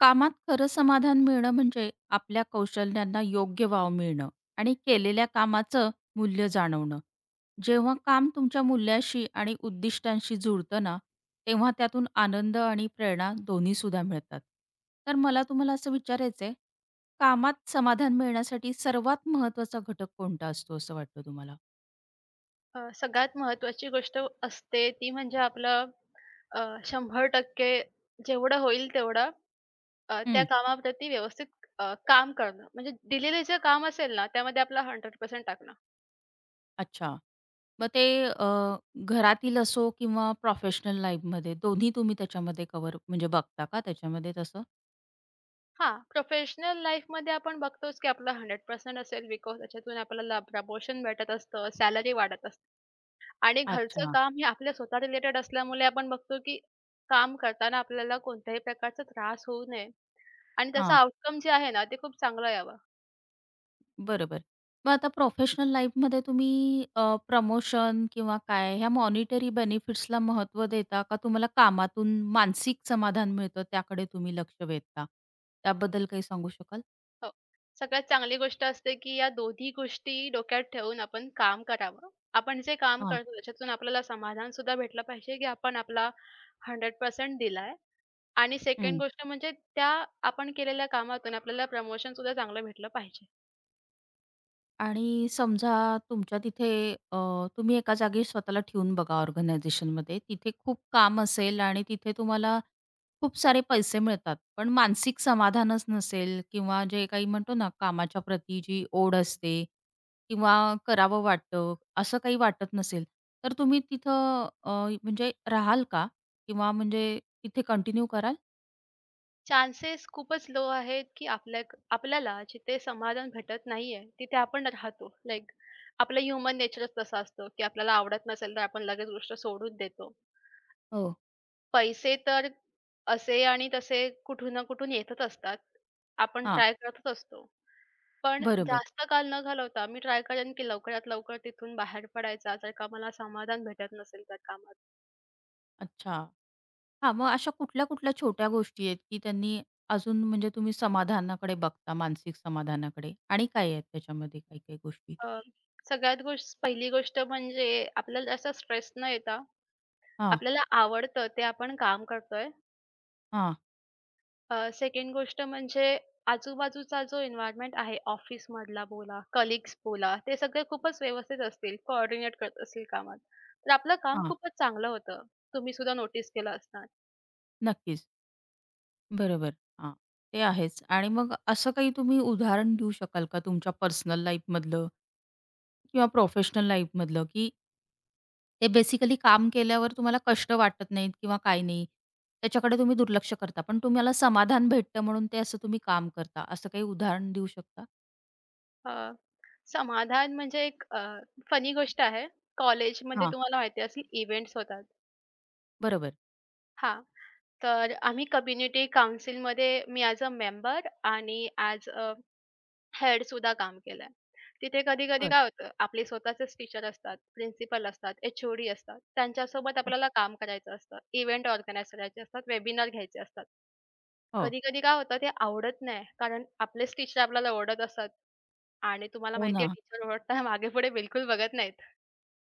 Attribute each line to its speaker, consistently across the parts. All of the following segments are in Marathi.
Speaker 1: कामात खरं समाधान मिळणं म्हणजे आपल्या कौशल्यांना योग्य वाव मिळणं आणि केलेल्या कामाचं मूल्य जाणवणं. जेव्हा काम तुमच्या मूल्याशी आणि उद्दिष्टांशी जुळतं ना, तेव्हा त्यातून आनंद आणि प्रेरणा दोन्हीसुद्धा मिळतात. तर मला तुम्हाला असं विचारायचं आहे, कामात समाधान मिळण्यासाठी सर्वात महत्त्वाचा घटक कोणता असतो असं वाटतं तुम्हाला?
Speaker 2: सगळ्यात महत्त्वाची गोष्ट असते ती म्हणजे आपलं अ, 100% जेवढं होईल तेवढं त्या
Speaker 1: हं.
Speaker 2: कामाप्रती व्यवस्थित काम करणं. म्हणजे दिलेलं जे काम असेल ना, त्यामध्ये आपला 100% टाकणं.
Speaker 1: अच्छा. मग ते घरातील असो किंवा प्रोफेशनल लाईफमध्ये दोन्ही तुम्ही त्याच्यामध्ये कव्हर म्हणजे बघता का त्याच्यामध्ये तसं?
Speaker 2: हां, प्रोफेशनल लाईफमध्ये आपण बघतोच की आपला 100% असेल बिकॉज त्याच्यातून आपल्याला प्रमोशन भेटत असतं, सॅलरी वाढत असते. आणि घरचं
Speaker 1: अच्छा.
Speaker 2: काम हे आपल्या स्वतः रिलेटेड असल्यामुळे आपण बघतो की काम करताना आपल्याला कोणत्याही प्रकारचा त्रास होऊ नये आणि त्याचा
Speaker 1: हां.
Speaker 2: आउटकम जे आहे ना, ते खूप चांगलं यावं.
Speaker 1: बरोबर. मग आता प्रोफेशनल लाईफमध्ये तुम्ही प्रमोशन किंवा काय ह्या मॉनिटरी बेनिफिट्सला महत्त्व देता का तुम्हाला कामातून मानसिक समाधान मिळतं त्याकडे तुम्ही लक्ष वेधता? त्याबद्दल काही सांगू शकाल?
Speaker 2: हो. सगळ्यात चांगली गोष्ट असते, की या दोन्ही गोष्टी डोक्यात ठेवून आपण काम करावं. आपण जे काम
Speaker 1: हां.
Speaker 2: करतो त्याच्यातून आपल्याला समाधानसुद्धा भेटलं पाहिजे, की आपण आपला 100% दिलाय आणि
Speaker 1: हं.
Speaker 2: सेकंड गोष्ट म्हणजे त्या आपण केलेल्या कामातून आपल्याला प्रमोशनसुद्धा चांगलं भेटलं पाहिजे.
Speaker 1: आणि समजा तुमच्या तिथे अ, तुम्ही एका जागी स्वतःला ठेवून बघा ऑर्गनायझेशनमध्ये. तिथे खूप काम असेल आणि तिथे तुम्हाला खूप सारे पैसे मिळतात. पण मानसिक समाधानच नसेल किंवा जे काही म्हणतो ना कामाच्या प्रती जी ओढ असते किंवा करावं वाटतं, असं काही वाटत नसेल, तर तुम्ही तिथं म्हणजे राहाल का? किंवा म्हणजे तिथे कंटिन्यू कराल?
Speaker 2: चान्सेस खूपच लो आहेत, की आपल्याला जिथे समाधान भेटत नाहीये, तिथे आपण राहतो. लाइक आपलं ह्युमन नेचरच तसा असतो, की आपल्याला आवडत नसेल तर आपण लगेच गोष्ट सोडून देतो.
Speaker 1: हो.
Speaker 2: पैसे तर असे आणि तसे कुठून ना कुठून येतच असतात. आपण
Speaker 1: हां,
Speaker 2: ट्राय करतच असतो. पण
Speaker 1: बरोबर.
Speaker 2: जास्त काळ न घालवता मी ट्राय करेन, की लवकरात लवकर तिथून बाहेर पडायचा, जर का मला समाधान भेटत नसेल त्या कामात.
Speaker 1: अच्छा. हां, मग अशा कुठल्या-कुठल्या छोट्या गोष्टी आहेत, की त्यांनी अजून म्हणजे तुम्ही समाधानाकडे बघता, मानसिक समाधानाकडे? आणि काय आहेत त्याच्यामध्ये काही-काही गोष्टी?
Speaker 2: अ, सगळ्यात गोष्ट पहिली गोष्ट म्हणजे आपल्याला जास्त स्ट्रेस न येता
Speaker 1: हां,
Speaker 2: आपल्याला आवडतं ते आपण काम करतोय.
Speaker 1: हां,
Speaker 2: सेकंड गोष्ट म्हणजे आजूबाजूचा जो एन्व्हायर्नमेंट आहे ऑफिसमधला बोला, कलीग्स बोला, ते सगळे खूपच व्यवस्थित असतील, कोऑर्डिनेट करत असतील कामात. तर आपलं काम
Speaker 1: हां.
Speaker 2: खूपच चांगलं होतं. तुम्ही सुद्धा नोटीस केलं असणार.
Speaker 1: नक्कीच. बरोबर. हां, ते आहेच. आणि मग असं काही तुम्ही उदाहरण देऊ शकाल का तुमच्या पर्सनल लाईफमधलं किंवा प्रोफेशनल लाईफमधलं, की ते बेसिकली काम केल्यावर तुम्हाला कष्ट वाटत नाहीत किंवा काही नाही, त्याच्याकडे तुम्ही दुर्लक्ष करता, पण तुम्हाला समाधान भेटतं म्हणून ते असं तुम्ही काम करता, असं काही उदाहरण देऊ शकता?
Speaker 2: अ, समाधान म्हणजे एक फनी गोष्ट आहे. कॉलेजमध्ये
Speaker 1: हां,
Speaker 2: तुम्हाला माहिती असेल इव्हेंट्स होतात.
Speaker 1: बरोबर.
Speaker 2: हां, तर आम्ही कम्युनिटी काउन्सिलमध्ये मी ॲज अ मेंबर आणि ॲज अ हेडसुद्धा काम केलंय. तिथे कधी-कधी
Speaker 1: बरं.
Speaker 2: काय होतं, आपले स्वतःचेच टीचर असतात, प्रिन्सिपल असतात, एच-ओ-डी असतात. त्यांच्यासोबत आपल्याला काम करायचं असतं. इव्हेंट ऑर्गनाइज करायचे असतात, वेबिनार घ्यायचे असतात.
Speaker 1: हो.
Speaker 2: कधी-कधी काय होतं ते आवडत नाही, कारण आपलेच टीचर आपल्याला ओरडत असतात आणि तुम्हाला
Speaker 1: हो
Speaker 2: माहिती आहे
Speaker 1: ना.
Speaker 2: टीचर ओरडताना मागे पुढे बिलकुल बघत नाहीत.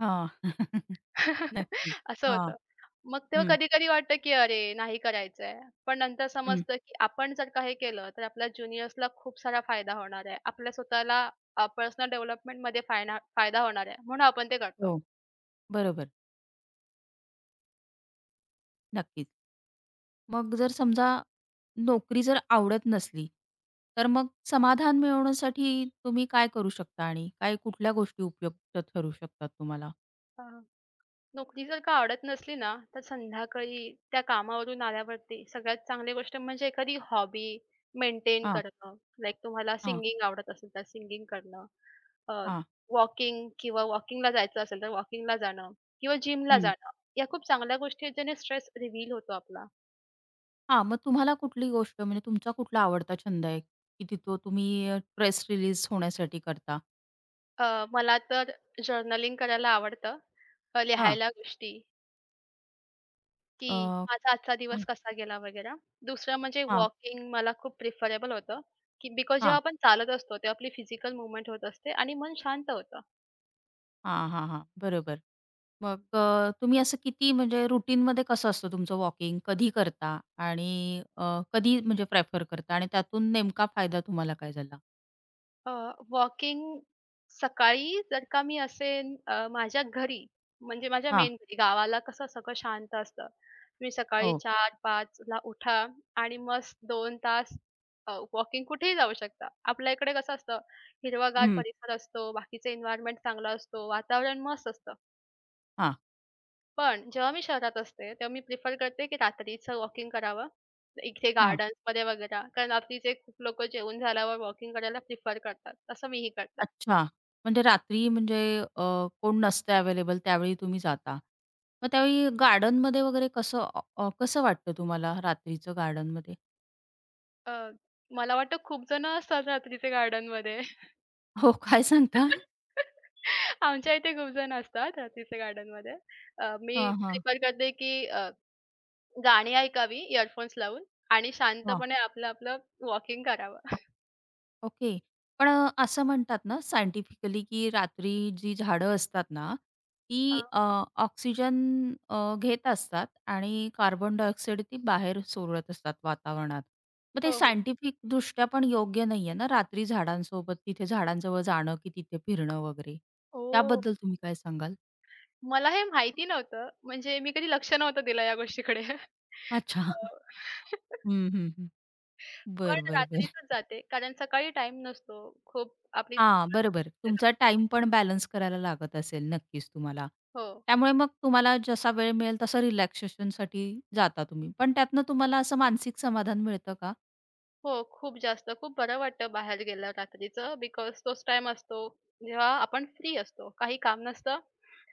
Speaker 1: हां. नक्कीच.
Speaker 2: असं
Speaker 1: हां.
Speaker 2: होतं. मग तेव्हा
Speaker 1: हं,
Speaker 2: कधी-कधी वाटतं, की अरे नाही करायचंय. पण नंतर
Speaker 1: हं.
Speaker 2: समजतं, की आपण जर का हे केलं तर आपल्या ज्युनियर्सला खूप सारा फायदा होणार आहे. आपल्या स्वतःला पर्सनल डेव्हलपमेंटमध्ये फायदा होणार आहे म्हणून आपण ते करतो.
Speaker 1: हो, बरोबर. नक्कीच. मग जर समजा नोकरी जर आवडत नसली, तर मग समाधान मिळवण्यासाठी तुम्ही काय करू शकता आणि काय कुठल्या गोष्टी उपयुक्त ठरू शकतात तुम्हाला?
Speaker 2: हां. नोकरी जर का आवडत नसली ना, तर संध्याकाळी त्या कामावरून आल्यावरती सगळ्यात चांगली गोष्ट म्हणजे एखादी हॉबी मेंटेन
Speaker 1: हां,
Speaker 2: करणं. लाइक तुम्हाला
Speaker 1: हां,
Speaker 2: सिंगिंग आवडत असेल तर सिंगिंग करणं, अ,
Speaker 1: हां.
Speaker 2: वॉकिंग किंवा वॉकिंगला जायचं असेल तर वॉकिंगला जाणं किंवा जिमला
Speaker 1: हं.
Speaker 2: जाणं. या खूप चांगल्या गोष्टी आहेत ज्याने स्ट्रेस रिलीव्ह होतो आपला.
Speaker 1: हां, मग तुम्हाला कुठली गोष्ट म्हणजे तुमचा कुठला आवडता छंद आहे, की ती तो तुम्ही स्ट्रेस रिलीज होण्यासाठी करता?
Speaker 2: मला तर जर्नलिंग करायला आवडतं,
Speaker 1: हां.
Speaker 2: लिहायला गोष्टी की
Speaker 1: अ,
Speaker 2: माझा आजचा
Speaker 1: हां,
Speaker 2: दिवस कसा गेला वगैरे. दुसरं म्हणजे
Speaker 1: हां,
Speaker 2: वॉकिंग मला खूप प्रिफरेबल होतं, की बिकॉज जेव्हा
Speaker 1: हां,
Speaker 2: आपण चालत असतो, तेव्हा आपली फिजिकल मूव्हमेंट होत असते आणि मन शांत होतं.
Speaker 1: हां, हां, हां. बरोबर. मग अ, तुम्ही असं किती म्हणजे रुटीनमध्ये कसं असतं तुमचं वॉकिंग? कधी करता आणि कधी म्हणजे प्रेफर करता आणि त्यातून नेमका फायदा तुम्हाला काय झाला?
Speaker 2: अ, वॉकिंग सकाळी जर का मी असेन माझ्या घरी, म्हणजे माझ्या
Speaker 1: हां,
Speaker 2: मेन घरी, गावाला कसं सगळं शांत असतं. तुम्ही सकाळी
Speaker 1: हो.
Speaker 2: 4-5 ला उठा आणि मस्त 2 तास वॉकिंग कुठेही जाऊ शकता. आपल्या इकडे कसं असतं, हिरवागार
Speaker 1: हं.
Speaker 2: परिसर असतो, बाकीचं एन्व्हायर्नमेंट चांगलं असतो, वातावरण मस्त असतं.
Speaker 1: हां,
Speaker 2: पण जेव्हा मी शहरात असते, तेव्हा मी प्रिफर करते, की रात्रीचं वॉकिंग करावं. इथे
Speaker 1: हां.
Speaker 2: गार्डन्समध्ये वगैरे, कारण रात्रीचे खूप लोकं जेवून झाल्यावर वॉकिंग करायला प्रिफर करतात. तसं मीही करते.
Speaker 1: अच्छा. म्हणजे रात्री म्हणजे अ, कोण नसतं अवेलेबल त्यावेळी तुम्ही जाता. मग त्यावेळी गार्डनमध्ये वगैरे कसं अ, अ, कसं वाटतं तुम्हाला रात्रीचं गार्डनमध्ये?
Speaker 2: अ, मला वाटतं खूप जणं असतात रात्रीचे गार्डनमध्ये.
Speaker 1: हो, काय सांगता?
Speaker 2: आमच्या इथे खूप जण असतात रात्रीचे गार्डनमध्ये. मी
Speaker 1: हां.
Speaker 2: प्रिफर करते, की गाणी ऐकावी इयरफोन्स लावून आणि
Speaker 1: हां.
Speaker 2: शांतपणे आपलं-आपलं वॉकिंग करावं.
Speaker 1: ओके. पण अ, असं म्हणतात ना सायंटिफिकली, की रात्री जी झाडं असतात ना, ती
Speaker 2: हां.
Speaker 1: ऑक्सिजन अ, घेत असतात आणि कार्बन डायऑक्साईड ती बाहेर सोडत असतात वातावरणात. मग ते
Speaker 2: हो, हो.
Speaker 1: सायंटिफिक दृष्ट्या पण योग्य नाहीये ना रात्री झाडांसोबत तिथे झाडांजवळ जाणं, की तिथे फिरणं वगैरे.
Speaker 2: ओह!
Speaker 1: त्याबद्दल तुम्ही काय सांगाल?
Speaker 2: मला हे माहिती नव्हतं. म्हणजे मी कधी लक्ष नव्हतं दिलं या गोष्टीकडे.
Speaker 1: अच्छा.
Speaker 2: अ,
Speaker 1: हं, हं, हं.
Speaker 2: पण
Speaker 1: बरं, बरं, बरं.
Speaker 2: रात्रीतच जाते, कारण सकाळी टाइम नसतो. खूप आपली
Speaker 1: हां,
Speaker 2: धावपळ
Speaker 1: बरोबर.
Speaker 2: सुरू असते
Speaker 1: तुमचा
Speaker 2: सकाळी.
Speaker 1: टाइम पण बॅलन्स करायला लागत असेल नक्कीच तुम्हाला.
Speaker 2: हो,
Speaker 1: त्यामुळे मग तुम्हाला जसा वेळ मिळेल तसं रिलॅक्सेशनसाठी जाता तुम्ही. पण त्यातनं तुम्हाला असं मानसिक समाधान मिळतं का?
Speaker 2: हो. खूप जास्त. खूप बरं वाटतं बाहेर गेलं रात्रीचं बिकॉज तोच टाईम असतो, जेव्हा आपण फ्री असतो. काही काम नसतं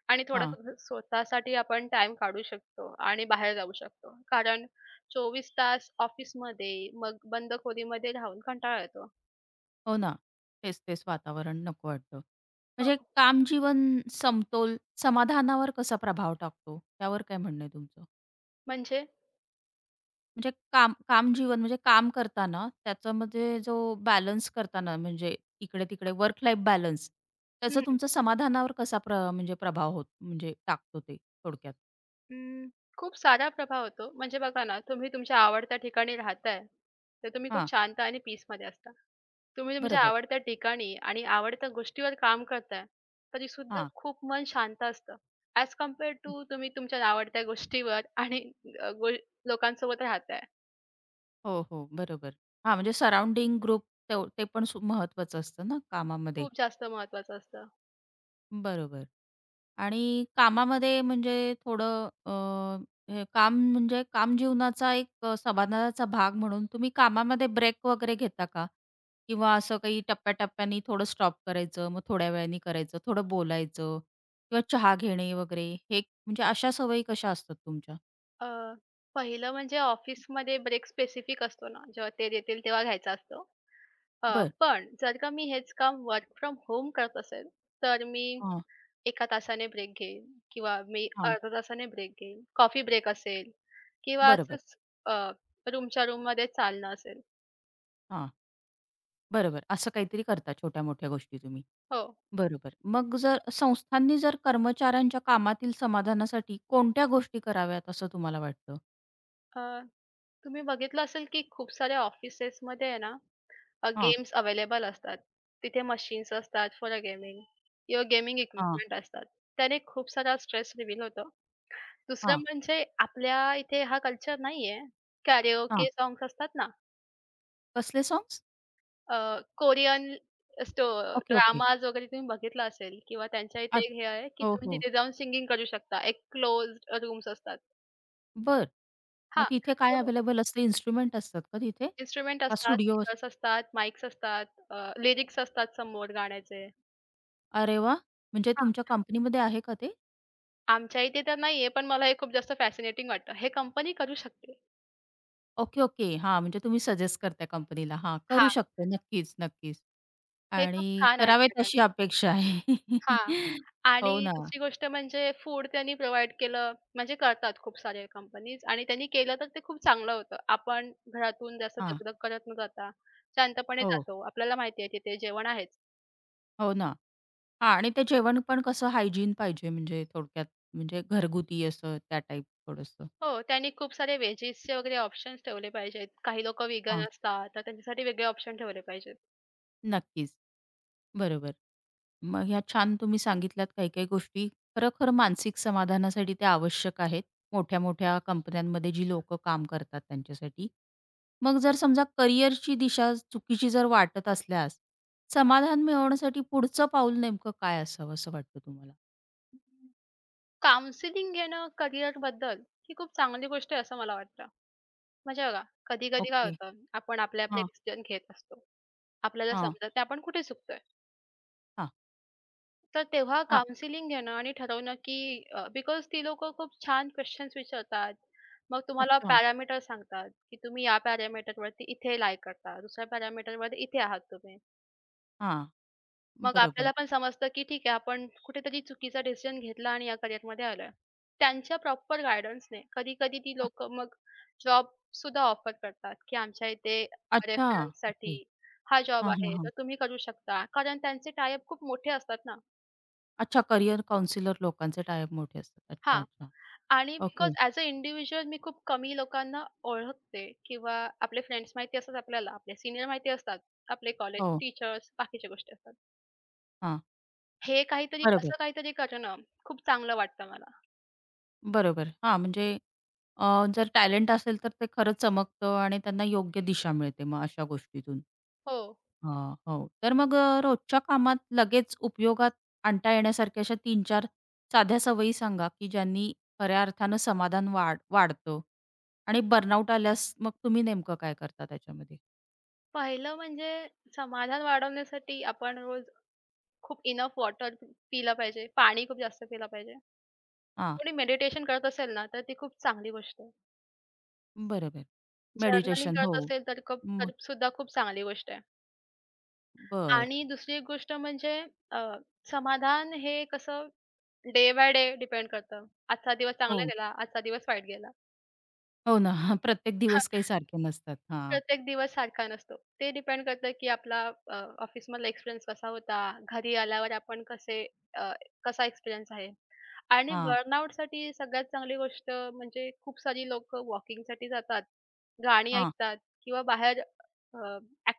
Speaker 2: आणि
Speaker 1: हां,
Speaker 2: थोडंसं स्वतःसाठी आपण टाईम काढू शकतो आणि बाहेर जाऊ शकतो. कारण 24 तास ऑफिसमध्ये, मग बंद खोलीमध्ये राहून कंटाळा येतो.
Speaker 1: हो ना. तेच-तेच वातावरण नको वाटतं. म्हणजे
Speaker 2: हो.
Speaker 1: काम जीवन समतोल समाधानावर कसा प्रभाव टाकतो? त्यावर काय म्हणणं आहे तुमचं?
Speaker 2: म्हणजे
Speaker 1: म्हणजे काम काम करताना त्याच्यामध्ये जो बॅलन्स करताना म्हणजे इकडे-तिकडे वर्क लाईफ बॅलन्स त्याचा तुमच्या समाधानावर कसा प्रभाव होत म्हणजे टाकतो ते थोडक्यात?
Speaker 2: अं, खूप सारा प्रभाव होतो. म्हणजे बघा ना, तुम्ही तुमच्या आवडत्या ठिकाणी राहताय, तर तुम्ही खूप
Speaker 1: हां,
Speaker 2: शांत आणि पीसमध्ये असता. तुम्ही तुमच्या
Speaker 1: बरोबर.
Speaker 2: आवडत्या ठिकाणी आणि आवडत्या गोष्टीवर काम करताय, तरीसुद्धा
Speaker 1: हां.
Speaker 2: खूप मन शांत असतं. ॲज कंपेअर टू तुम्ही तुमच्या आवडत्या गोष्टीवर आणि अ, गो लोकांसोबत राहताय.
Speaker 1: हो, हो. बरोबर. हां, म्हणजे सराउंडिंग ग्रुप ते पण महत्वाचं असतं ना कामामध्ये.
Speaker 2: खूप जास्त महत्त्वाचं असतं.
Speaker 1: बरोबर. आणि कामामध्ये म्हणजे थोडं हे काम म्हणजे काम जीवनाचा एक समाधानाचा भाग म्हणून तुम्ही कामामध्ये ब्रेक वगैरे घेता का? किंवा असं काही टप्प्या थोडं स्टॉप करायचं, मग थोड्या वेळाने करायचं, थोडं बोलायचं किंवा चहा घेणे वगैरे हे म्हणजे अशा सवयी कशा असतात तुमच्या?
Speaker 2: अ, पहिलं म्हणजे ऑफिसमध्ये ब्रेक स्पेसिफिक असतो ना, जेव्हा ते देतील तेव्हा घ्यायचा असतो. अ,
Speaker 1: बरं.
Speaker 2: पण जर का मी हेच काम वर्क फ्रॉम होम करत असेल, तर मी
Speaker 1: हां,
Speaker 2: 1 तासाने ब्रेक घेईन किंवा मी
Speaker 1: हां.
Speaker 2: अर्ध्या तासाने ब्रेक घेईन. कॉफी ब्रेक असेल किंवा
Speaker 1: बरोबर.
Speaker 2: असंच अ, रूमच्या रूममध्ये चालणं असेल.
Speaker 1: हां, बरोबर. असं काहीतरी करता छोट्या-मोठ्या गोष्टी तुम्ही.
Speaker 2: हो.
Speaker 1: बरोबर. मग जर संस्थांनी जर कर्मचाऱ्यांच्या कामातील समाधानासाठी कोणत्या गोष्टी कराव्यात असं तुम्हाला वाटतं?
Speaker 2: अ, तुम्ही बघितलं असेल की खूप साऱ्या ऑफिसेसमध्ये आहे ना
Speaker 1: हां,
Speaker 2: गेम्स अवेलेबल असतात. तिथे मशीन्स असतात फॉर अ गेमिंग किंवा गेमिंग
Speaker 1: हां,
Speaker 2: इक्विपमेंट असतात. त्याने खूप सारा स्ट्रेस रिलीव्ह होतो. दुसरं
Speaker 1: हां,
Speaker 2: म्हणजे आपल्या इथे हा कल्चर नाहीये.
Speaker 1: हां.
Speaker 2: कॅरिओके साँग्स असतात ना
Speaker 1: कसले सॉंग्स?
Speaker 2: कोरियन स्टो
Speaker 1: ओके, ओके.
Speaker 2: ड्रामाज वगैरे तुम्ही बघितला असेल किंवा त्यांच्या इथे एक हे
Speaker 1: अच्छा.
Speaker 2: आहे, की
Speaker 1: हो,
Speaker 2: तुम्ही
Speaker 1: हो.
Speaker 2: तिथे जाऊन सिंगिंग करू शकता. एक क्लोज्ड रूम्स असतात.
Speaker 1: बर, मग
Speaker 2: हां,
Speaker 1: तिथे
Speaker 2: ते
Speaker 1: काय
Speaker 2: मग
Speaker 1: अवेलेबल असते? इन्स्ट्रुमेंट असतात का तिथे?
Speaker 2: इन्स्ट्रुमेंट
Speaker 1: का
Speaker 2: असतात,
Speaker 1: स्टुडिओ
Speaker 2: स्पीकर्स असतात, माईक्स असतात, लिरिक्स असतात समोर गाण्याचे.
Speaker 1: अरे वाह! म्हणजे
Speaker 2: हां,
Speaker 1: तुमच्या कंपनीमध्ये आहे का ते?
Speaker 2: आमच्या इथे तर नाहीये, पण मला हे खूप जास्त फॅसिनेटिंग वाटतं. हे कंपनी करू शकते.
Speaker 1: Okay, okay. हां, म्हणजे तुम्ही सजेस्ट करताय कंपनीला. हां, करू
Speaker 2: हां,
Speaker 1: शकते. नक्कीच, नक्कीच.
Speaker 2: हे
Speaker 1: आणि
Speaker 2: खूप छान
Speaker 1: करावेत
Speaker 2: आहे.
Speaker 1: अशी अपेक्षा आहे.
Speaker 2: हां. आणि
Speaker 1: हो ना.
Speaker 2: दुसरी गोष्ट म्हणजे फूड त्यांनी प्रोव्हाईड केलं म्हणजे करतात खूप सारे कंपनीज आणि त्यांनी केलं तर ते खूप चांगलं होतं. आपण घरातून जास्त
Speaker 1: हां.
Speaker 2: दगदग करत न जाता शांतपणे
Speaker 1: हो.
Speaker 2: जातो. आपल्याला माहिती आहे तिथे जेवण आहेच.
Speaker 1: हो ना. हां आणि ते जेवण पण कसं हायजीन पाहिजे म्हणजे थोडक्यात म्हणजे घरगुती असं त्या टाईप थोडंसं.
Speaker 2: हो, त्यांनी खूप सारे व्हेजीसचे वगैरे ऑप्शन्स ठेवले पाहिजेत. काही लोकं व्हेगन
Speaker 1: हां,
Speaker 2: असतात, तर त्यांच्यासाठी वेगळे ऑप्शन ठेवले पाहिजेत.
Speaker 1: नक्कीच. बरोबर. मग ह्या छान तुम्ही सांगितल्यात काही-काही गोष्टी. खरोखर मानसिक समाधानासाठी त्या आवश्यक आहेत. मोठ्या-मोठ्या कंपन्यांमध्ये जी लोक काम करतात त्यांच्यासाठी. मग जर समजा करिअरची दिशा चुकीची जर वाटत असल्यास, समाधान मिळवण्यासाठी पुढचं पाऊल नेमकं काय असावं असं वाटतं तुम्हाला?
Speaker 2: काउन्सिलिंग घेणं करिअरबद्दल ही खूप चांगली गोष्ट आहे असं मला वाटतं. म्हणजे बघा, कधी-कधी काय
Speaker 1: ओके.
Speaker 2: होतं आपण आपले आपले
Speaker 1: हां,
Speaker 2: डिसिजन घेत असतो. आपल्याला
Speaker 1: हां,
Speaker 2: समजत नाही आपण कुठे चुकतोय.
Speaker 1: हां,
Speaker 2: तर तेव्हा
Speaker 1: हां.
Speaker 2: काउन्सिलिंग घेणं आणि ठरवणं, की बिकॉज ती लोकं खूप छान क्वेशन्स विचारतात. मग तुम्हाला
Speaker 1: अच्छा.
Speaker 2: पॅरामीटर सांगतात, की तुम्ही या पॅरामीटरवरती इथे lie करता. दुसऱ्या पॅरामीटरवर इथे आहात तुम्ही.
Speaker 1: हां,
Speaker 2: मग आपल्याला
Speaker 1: बरोबर.
Speaker 2: पण समजतं, की ठीक आहे आपण कुठेतरी चुकीचा डिसिजन घेतला आणि या करिअरमध्ये आलोय. त्यांच्या प्रॉपर गाईडन्सने कधी-कधी ती लोक मग जॉबसुद्धा ऑफर करतात, की आमच्या इथे
Speaker 1: अच्छा. ओके.
Speaker 2: रेफरन्ससाठी हा जॉब
Speaker 1: हां, हां,
Speaker 2: आहे,
Speaker 1: हां.
Speaker 2: तर तुम्ही करू शकता. कारण त्यांचे टाय खूप मोठे असतात ना.
Speaker 1: अच्छा करियर काउंसलर लोकांचे टाय-अप मोठे असतात. अच्छा,
Speaker 2: हां,
Speaker 1: अच्छा.
Speaker 2: आणि because
Speaker 1: okay.
Speaker 2: As a individual मी खूप कमी लोकांना ओळखते किंवा आपले फ्रेंड्स माहिती असतात आपल्याला, आपले सीनियर माहिती असतात, आपले कॉलेज
Speaker 1: हो.
Speaker 2: टीचर्स, बाकीच्या गोष्टी असतात.
Speaker 1: हां.
Speaker 2: हे काहीतरी
Speaker 1: बरोबर,
Speaker 2: असं काहीतरी करणं खूप चांगलं वाटतं मला.
Speaker 1: बरोबर. हां, म्हणजे अ, जर टॅलेंट असेल तर ते खरंच चमकतं आणि त्यांना योग्य दिशा मिळते मग अशा गोष्टीतून.
Speaker 2: हो.
Speaker 1: हां, हो. तर मग रोजच्या कामात लगेच उपयोगात आणता येण्यासारख्या अशा 3-4 साध्या सवयी सांगा, की ज्यांनी खऱ्या अर्थानं समाधान वाढतं आणि बर्नआउट आल्यास मग तुम्ही नेमकं काय करता त्याच्यामध्ये?
Speaker 2: पहिलं म्हणजे समाधान वाढवण्यासाठी आपण रोज खूप इनफ वॉटर पिलं पाहिजे, पाणी खूप जास्त पिलं पाहिजे.
Speaker 1: हां,
Speaker 2: कोणी मेडिटेशन करत असेल ना, तर ती खूप चांगली गोष्ट आहे.
Speaker 1: बरोबर.
Speaker 2: Journaling
Speaker 1: meditation. हो.
Speaker 2: करत असेल तर खूप
Speaker 1: मग
Speaker 2: तर सुद्धा खूप चांगली गोष्ट आहे.
Speaker 1: बरं.
Speaker 2: आणि दुसरी एक गोष्ट म्हणजे अ, समाधान हे कसं डे बाय डे डिपेंड करतं. आजचा दिवस चांगला
Speaker 1: हो.
Speaker 2: गेला, आजचा दिवस वाईट गेला.
Speaker 1: हो ना. प्रत्येक दिवस काही सारखे नसतात. हां,
Speaker 2: प्रत्येक दिवस सारखा नसतो. ते डिपेंड करतं की आपला ऑफिसमधला एक्सपिरियन्स कसा होता, घरी आल्यावर आपण अ, कसा एक्सपिरियन्स आहे. आणि
Speaker 1: हां,
Speaker 2: बर्नआउटसाठी सगळ्यात चांगली गोष्ट म्हणजे खूप सारी लोकं वॉकिंगसाठी जातात, गाणी
Speaker 1: हां.
Speaker 2: ऐकतात किंवा बाहेर अ,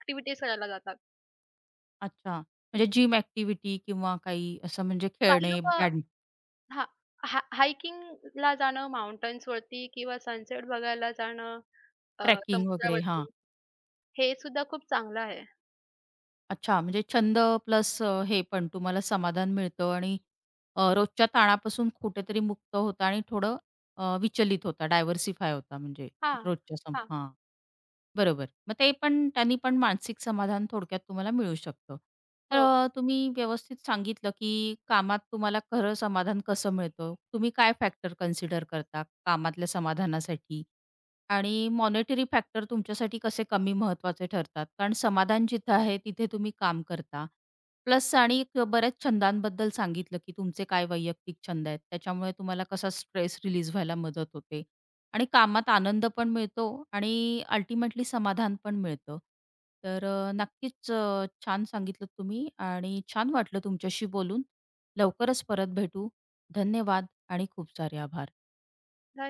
Speaker 2: करायला जातात.
Speaker 1: अच्छा. म्हणजे जिम ॲक्टिव्हिटी किंवा काही असं म्हणजे
Speaker 2: काही
Speaker 1: खेळणे,
Speaker 2: लोकं
Speaker 1: बॅड
Speaker 2: हां, हा हायकिंगला जाणं, माउंटन्सवरती किंवा सनसेट बघायला जाणं, अ,
Speaker 1: ट्रेकिंग वगैरे. हां.
Speaker 2: समुद्रावरती हे सुद्धा खूप चांगलं आहे.
Speaker 1: अच्छा. म्हणजे छंद प्लस हे पण तुम्हाला समाधान मिळतं आणि रोजच्या ताणापासून कुठेतरी मुक्त होता आणि थोडं विचलित होता, डायव्हर्सिफाय होता म्हणजे
Speaker 2: हां,
Speaker 1: रोजच्या
Speaker 2: हां.
Speaker 1: हां. बरोबर. मग ते पण त्यांनी पण मानसिक समाधान थोडक्यात तुम्हाला मिळू शकतं. तर
Speaker 2: हो.
Speaker 1: तुम्ही व्यवस्थित सांगितलं, की कामात तुम्हाला खरं समाधान कसं मिळतं? तुम्ही काय फॅक्टर कन्सिडर करता कामातल्या समाधानासाठी? आणि मॉनेटरी फॅक्टर तुमच्यासाठी कसे कमी महत्वाचे ठरतात? कारण समाधान जिथं आहे, तिथे तुम्ही काम करता. प्लस आणि एक बऱ्याच छंदांबद्दल सांगितलं, की तुमचे काय वैयक्तिक छंद आहेत. त्याच्यामुळे तुम्हाला कसा स्ट्रेस रिलीज व्हायला मदत होते आणि कामात आनंद पण मिळतो आणि अल्टिमेटली समाधान पण मिळतं. तर नक्कीच छान सांगितलं तुम्ही आणि छान वाटलं तुमच्याशी बोलून. लवकरच परत भेटू. धन्यवाद आणि खूप सारे आभार.